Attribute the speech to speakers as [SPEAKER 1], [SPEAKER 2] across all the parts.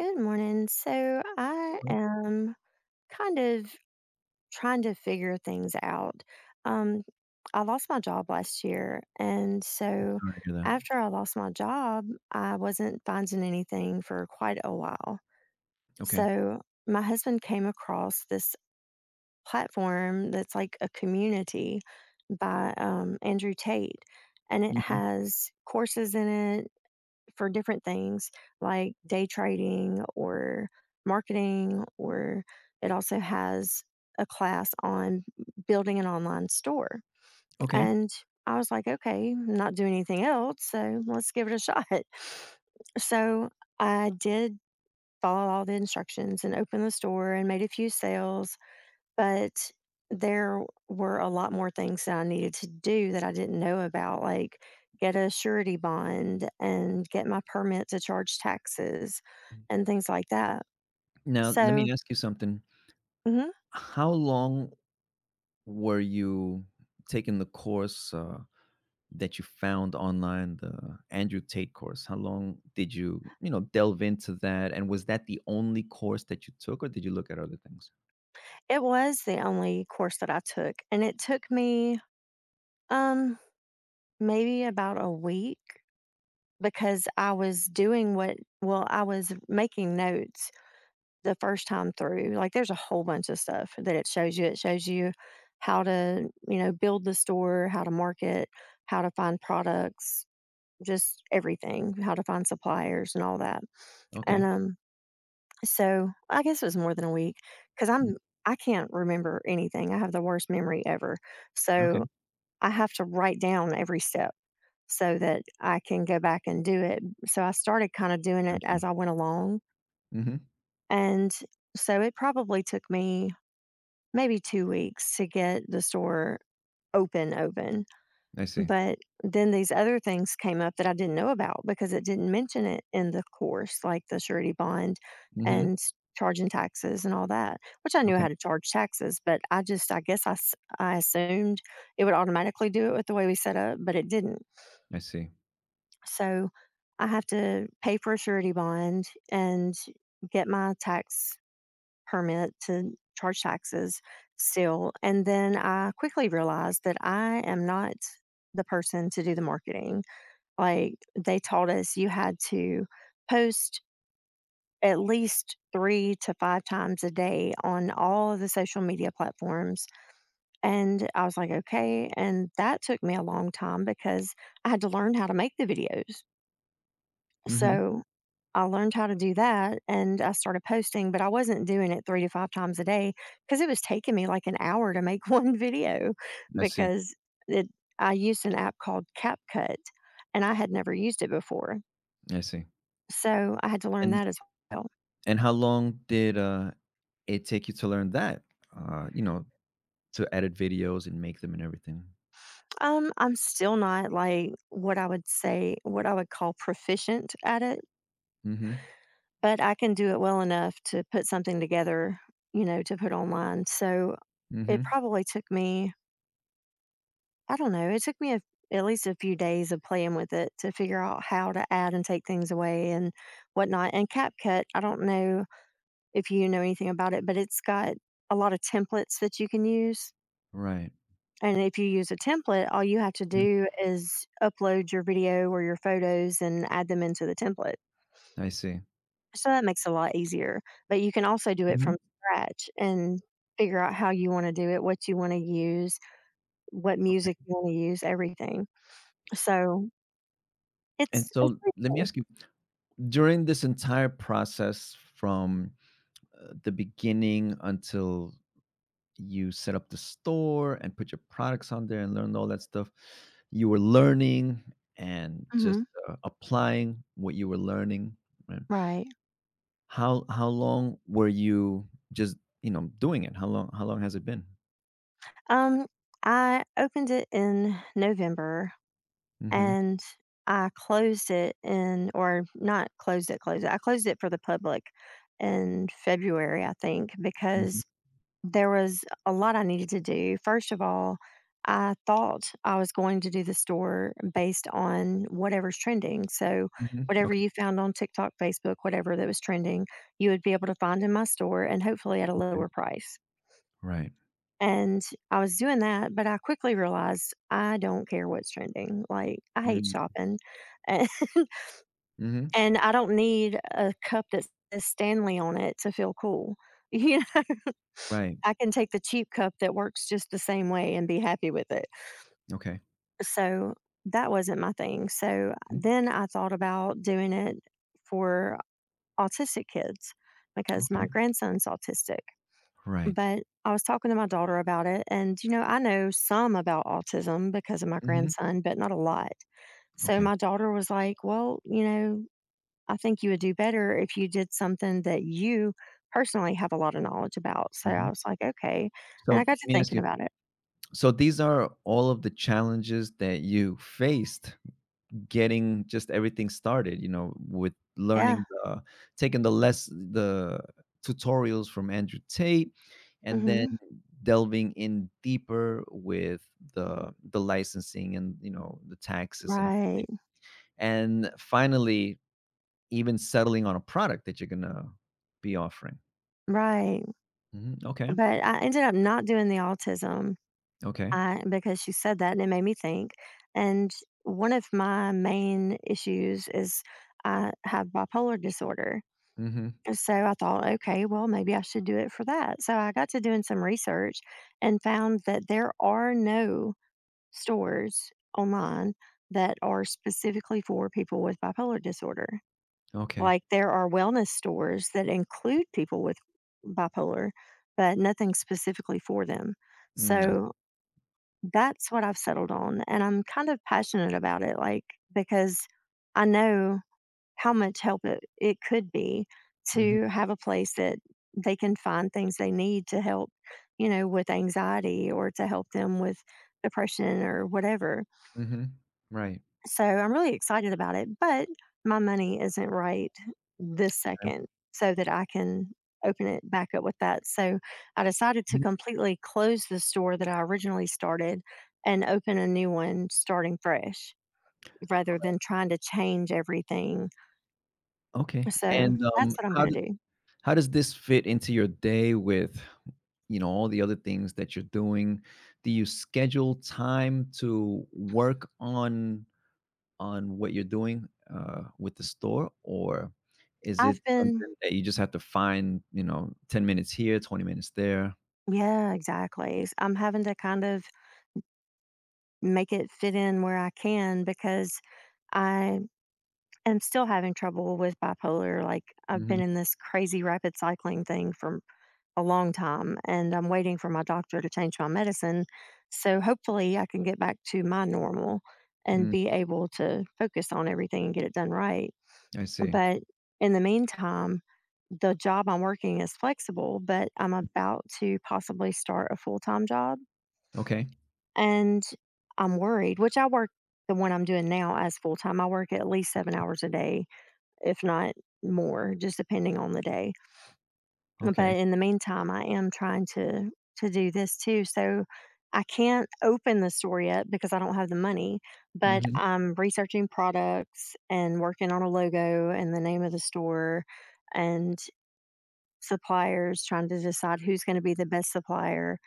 [SPEAKER 1] Good morning. So I
[SPEAKER 2] Hello.
[SPEAKER 1] am kind of trying to figure things out. Um, I lost my job last year, and
[SPEAKER 2] I'm
[SPEAKER 1] so
[SPEAKER 2] sorry to hear that.
[SPEAKER 1] after I lost my job, I wasn't finding anything for quite a while.
[SPEAKER 2] Okay.
[SPEAKER 1] So my husband came across this platform that's like a community by Andrew Tate, and it
[SPEAKER 2] Mhm.
[SPEAKER 1] has courses in it for different things like day trading or marketing, or it also has a class on building an online store.
[SPEAKER 2] Okay.
[SPEAKER 1] And I was like, okay, I'm not doing anything else, so let's give it a shot. So I did follow all the instructions and opened the store and made a few sales, but there were a lot more things that I needed to do that I didn't know about, like get a surety bond and get my permit to charge taxes and things like that.
[SPEAKER 2] Now, let
[SPEAKER 1] So,
[SPEAKER 2] me ask you something.
[SPEAKER 1] mhm,
[SPEAKER 2] How long were you taking the course, that you found online, the Andrew Tate course? How long did you delve into that, and was that the only course that you took, or did you look at other things?
[SPEAKER 1] it was the only course that I took, and it took me um maybe about a week, because I was doing what, well, I was making notes. The first time through, like, there's a whole bunch of stuff that it shows you. It shows you how to build the store, how to market, how to find products, just everything, how to find suppliers and all that.
[SPEAKER 2] Okay.
[SPEAKER 1] And, so I guess it was more than a week because
[SPEAKER 2] Mm,
[SPEAKER 1] I can't remember anything. I have the worst memory ever. So
[SPEAKER 2] okay.
[SPEAKER 1] I have to write down every step so that I can go back and do it. So I started kinda doing
[SPEAKER 2] I
[SPEAKER 1] it
[SPEAKER 2] see.
[SPEAKER 1] as I went along,
[SPEAKER 2] Mhm.
[SPEAKER 1] and so it probably took me maybe 2 weeks to get the store open.
[SPEAKER 2] I see.
[SPEAKER 1] But then these other things came up that I didn't know about because it didn't mention it in the course, like the surety bond
[SPEAKER 2] Mhm.
[SPEAKER 1] and charging taxes and all that, which I knew
[SPEAKER 2] Okay.
[SPEAKER 1] how to charge taxes, but I just, I guess I assumed it would automatically do it with the way we set up, but it didn't.
[SPEAKER 2] I see.
[SPEAKER 1] So I have to pay for a surety bond and get my tax permit to charge taxes still. And then I quickly realized that I am not the person to do the marketing. Like they taught us you had to post at least three to five times a day on all of the social media platforms. And I was like, okay. And that took me a long time because I had to learn how to make the videos.
[SPEAKER 2] Mhm.
[SPEAKER 1] So I learned how to do that and I started posting, but I wasn't doing it 3 to 5 times a day because it was taking me like an hour to make 1 video
[SPEAKER 2] I see,
[SPEAKER 1] because it I used an app called CapCut and I had never used it before.
[SPEAKER 2] I see.
[SPEAKER 1] So, I had to learn
[SPEAKER 2] And
[SPEAKER 1] that as well.
[SPEAKER 2] and how long did, it take you to learn that? Uh, you know, to edit videos and make them and everything.
[SPEAKER 1] I'm still not like what I would call proficient at it,
[SPEAKER 2] Mhm,
[SPEAKER 1] but I can do it well enough to put something together to put online. So, it
[SPEAKER 2] mhm.
[SPEAKER 1] probably took me, I don't know, it took me a at least a few days of playing with it to figure out how to add and take things away and whatnot. And CapCut, I don't know if you know anything about it, but it's got a lot of templates that you can use,
[SPEAKER 2] Right.
[SPEAKER 1] and if you use a template, all you have to
[SPEAKER 2] Mhm.
[SPEAKER 1] do is upload your video or your photos and add them into the template,
[SPEAKER 2] I see.
[SPEAKER 1] so that makes it a lot easier, but you can also do it
[SPEAKER 2] Mhm,
[SPEAKER 1] from scratch and figure out how you wanna do it, what you wanna use, what music
[SPEAKER 2] okay.
[SPEAKER 1] you wanna use, everything. So
[SPEAKER 2] And
[SPEAKER 1] it's
[SPEAKER 2] so
[SPEAKER 1] pretty
[SPEAKER 2] let me
[SPEAKER 1] cool.
[SPEAKER 2] ask you, during this entire process from, the beginning until you set up the store and put your products on there and learned all that stuff, you were learning and just,
[SPEAKER 1] Mhm.
[SPEAKER 2] applying what you were learning, right?
[SPEAKER 1] Right.
[SPEAKER 2] How long were you just doing it? How long has it been?
[SPEAKER 1] Um, I opened it in November,
[SPEAKER 2] Mhm,
[SPEAKER 1] and I closed it in, or not closed it, closed it. I closed it for the public in February, I think,
[SPEAKER 2] mhm,
[SPEAKER 1] because there was a lot I needed to do. First of all, I thought I was going to do the store based on whatever's trending. So,
[SPEAKER 2] mhm,
[SPEAKER 1] whatever
[SPEAKER 2] okay,
[SPEAKER 1] you found on TikTok, Facebook, whatever that was trending, you would be able to find in my store, and hopefully at a
[SPEAKER 2] okay,
[SPEAKER 1] lower price.
[SPEAKER 2] right.
[SPEAKER 1] And I was doing that, but I quickly realized I don't care what's trending. Like, I hate
[SPEAKER 2] Mm,
[SPEAKER 1] shopping. And,
[SPEAKER 2] mhm,
[SPEAKER 1] and I don't need a cup that says Stanley on it to feel cool. You know,
[SPEAKER 2] right,
[SPEAKER 1] I can take the cheap cup that works just the same way and be happy with it.
[SPEAKER 2] okay,
[SPEAKER 1] So that wasn't my thing. So
[SPEAKER 2] mm,
[SPEAKER 1] then I thought about doing it for autistic kids because
[SPEAKER 2] okay,
[SPEAKER 1] my grandson's autistic.
[SPEAKER 2] right,
[SPEAKER 1] But I was talking to my daughter about it, and, I know some about autism because of my
[SPEAKER 2] mhm,
[SPEAKER 1] grandson, but not a lot. So
[SPEAKER 2] okay,
[SPEAKER 1] my daughter was like, "Well, you know, I think you would do better if you did something that you personally have a lot of knowledge about." So I
[SPEAKER 2] mhm.
[SPEAKER 1] was like, "Okay." And
[SPEAKER 2] So,
[SPEAKER 1] I got
[SPEAKER 2] let
[SPEAKER 1] to
[SPEAKER 2] me ask
[SPEAKER 1] thinking
[SPEAKER 2] you,
[SPEAKER 1] about it.
[SPEAKER 2] so these are all of the challenges that you faced getting just everything started, with
[SPEAKER 1] Yeah.
[SPEAKER 2] learning the taking the less the tutorials from Andrew Tate and then
[SPEAKER 1] Hmm.
[SPEAKER 2] delving in deeper with the licensing and the taxes and everything.
[SPEAKER 1] Right.
[SPEAKER 2] And finally, even settling on a product that you're gonna be offering.
[SPEAKER 1] Right.
[SPEAKER 2] Mhm, okay,
[SPEAKER 1] But I ended up not doing the autism.
[SPEAKER 2] okay.
[SPEAKER 1] I Because you said that and it made me think. And one of my main issues is I have bipolar disorder.
[SPEAKER 2] Mhm,
[SPEAKER 1] And So I thought, okay, well, maybe I should do it for that. So I got to doing some research and found that there are no stores online that are specifically for people with bipolar disorder.
[SPEAKER 2] okay.
[SPEAKER 1] Like there are wellness stores that include people with bipolar, but nothing specifically for them.
[SPEAKER 2] Mm, I
[SPEAKER 1] So that's what I've settled on, and I'm kind of passionate about it, like, because I know how much help it could be
[SPEAKER 2] mhm,
[SPEAKER 1] to have a place that they can find things they need to help with anxiety or to help them with depression or whatever.
[SPEAKER 2] mhm, right.
[SPEAKER 1] So I'm really excited about it, but my money isn't right this second so that I can open it back up with that. So I decided to
[SPEAKER 2] Mm,
[SPEAKER 1] completely close the store that I originally started and open a new one starting fresh rather than trying to change everything.
[SPEAKER 2] okay,
[SPEAKER 1] So
[SPEAKER 2] and,
[SPEAKER 1] that's what I'm
[SPEAKER 2] how
[SPEAKER 1] going to do.
[SPEAKER 2] how does this fit into your day with all the other things that you're doing? Do you schedule time to work on what you're doing with the store, or is it
[SPEAKER 1] I've been,
[SPEAKER 2] something that you just have to find 10 minutes here, 20 minutes there?
[SPEAKER 1] yeah, exactly. I'm having to kind of make it fit in where I can because I am still having trouble with bipolar. Like, I've been
[SPEAKER 2] Hmm.
[SPEAKER 1] in this crazy rapid cycling thing for a long time, and I'm waiting for my doctor to change my medicine. So, hopefully, I can get back to my normal and
[SPEAKER 2] Mm,
[SPEAKER 1] be able to focus on everything and get it done right.
[SPEAKER 2] I see.
[SPEAKER 1] But in the meantime, the job I'm working is flexible, but I'm about to possibly start a full time job.
[SPEAKER 2] Okay.
[SPEAKER 1] And I'm worried, which I work the one I'm doing now as full time. I work at least seven
[SPEAKER 2] Mm,
[SPEAKER 1] hours a day, if not more, just depending on the day.
[SPEAKER 2] okay.
[SPEAKER 1] But in the meantime, I am trying to do this too. So I can't open the store yet because I don't have the money, but
[SPEAKER 2] Hmm.
[SPEAKER 1] I'm researching products and working on a logo and the name of the store and suppliers, trying to decide who's going to be the best supplier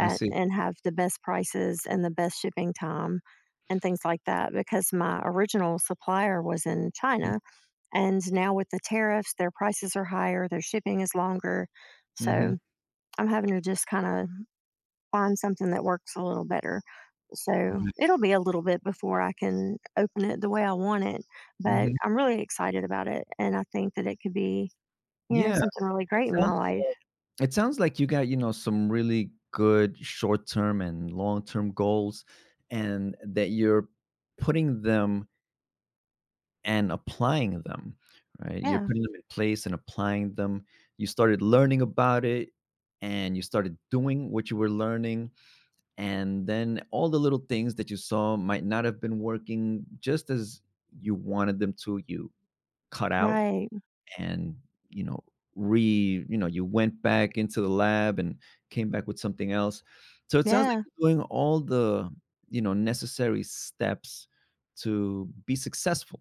[SPEAKER 2] I see.
[SPEAKER 1] and have the best prices and the best shipping time and things like that, because my original supplier was in China, and now with the tariffs, their prices are higher, their shipping is longer.
[SPEAKER 2] Mm-hmm.
[SPEAKER 1] So I'm having to just kind of find something that works a little better. So
[SPEAKER 2] Okay.
[SPEAKER 1] it'll be a little bit before I can open it the way I want it, but
[SPEAKER 2] Hmm.
[SPEAKER 1] I'm really excited about it. And I think that it could be, you know,
[SPEAKER 2] Yeah.
[SPEAKER 1] something really
[SPEAKER 2] It
[SPEAKER 1] great in my
[SPEAKER 2] sounds,
[SPEAKER 1] life.
[SPEAKER 2] uh it sounds like you got, some really good short-term and long-term goals, and that you're putting them and applying them, right? You're
[SPEAKER 1] Yeah.
[SPEAKER 2] putting them in place and applying them. You started learning about it, and you started doing what you were learning, and then all the little things that you saw might not have been working just as you wanted them to, you cut out
[SPEAKER 1] Right.
[SPEAKER 2] and you know re you know you went back into the lab and came back with something else, so it sounds like
[SPEAKER 1] Yeah.
[SPEAKER 2] you're doing all the necessary steps to be successful,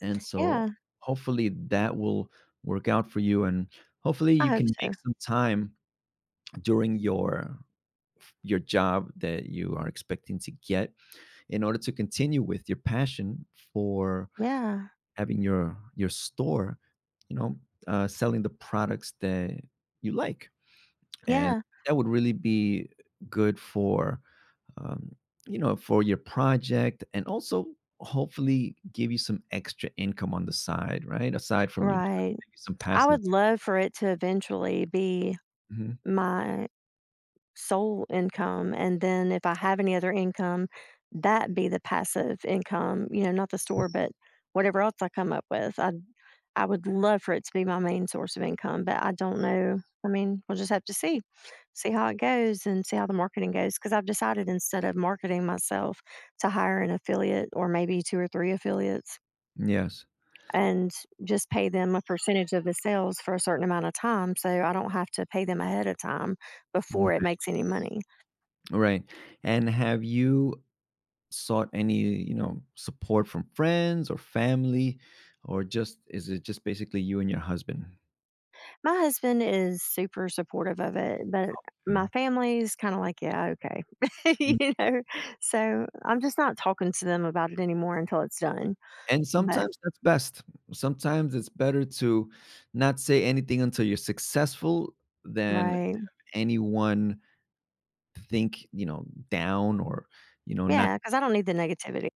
[SPEAKER 2] and so
[SPEAKER 1] Yeah.
[SPEAKER 2] hopefully that will work out for you, and hopefully
[SPEAKER 1] I
[SPEAKER 2] you
[SPEAKER 1] hope
[SPEAKER 2] can make
[SPEAKER 1] so.
[SPEAKER 2] some time during your job that you are expecting to get in order to continue with your passion for
[SPEAKER 1] Yeah.
[SPEAKER 2] having your store, you know, selling the products that you like, and
[SPEAKER 1] Yeah.
[SPEAKER 2] that would really be good for, um, for your project, and also hopefully give you some extra income on the side, right? Aside from your job,
[SPEAKER 1] Right.
[SPEAKER 2] maybe some
[SPEAKER 1] I
[SPEAKER 2] passive.
[SPEAKER 1] would love for it to eventually be
[SPEAKER 2] Mhm.
[SPEAKER 1] my sole income, and then if I have any other income, that be the passive income, you know, not the store, but whatever else I come up with. I would love for it to be my main source of income, but I don't know. I mean, we'll just have to see how it goes and see how the marketing goes. Because I've decided, instead of marketing myself, to hire an affiliate or maybe two or three affiliates
[SPEAKER 2] Yes.
[SPEAKER 1] and just pay them a percentage of the sales for a certain amount of time. So I don't have to pay them ahead of time
[SPEAKER 2] Mm.
[SPEAKER 1] before it makes any money.
[SPEAKER 2] Right. And have you sought any support from friends or family, or just is it just basically you and your husband?
[SPEAKER 1] My husband is super supportive of it, but my family's kinda like, "Yeah, okay."
[SPEAKER 2] Yeah.
[SPEAKER 1] You know? So, I'm just not talking to them about it anymore until it's done.
[SPEAKER 2] And
[SPEAKER 1] But
[SPEAKER 2] sometimes that's best. Sometimes it's better to not say anything until you're successful than
[SPEAKER 1] Right.
[SPEAKER 2] anyone think down or, not
[SPEAKER 1] Yeah, because I don't need the negativity.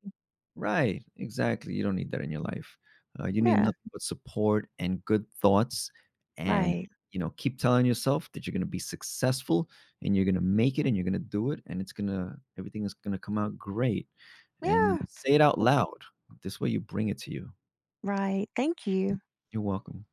[SPEAKER 2] right. Exactly. You don't need that in your life. You need
[SPEAKER 1] Yeah.
[SPEAKER 2] nothing but support and good thoughts. And,
[SPEAKER 1] Right.
[SPEAKER 2] you know, keep telling yourself that you're going to be successful, and you're going to make it, and you're going to do it. And everything is going to come out great. And
[SPEAKER 1] Yeah.
[SPEAKER 2] say it out loud. This way you bring it to you.
[SPEAKER 1] Right. Thank you.
[SPEAKER 2] You're welcome.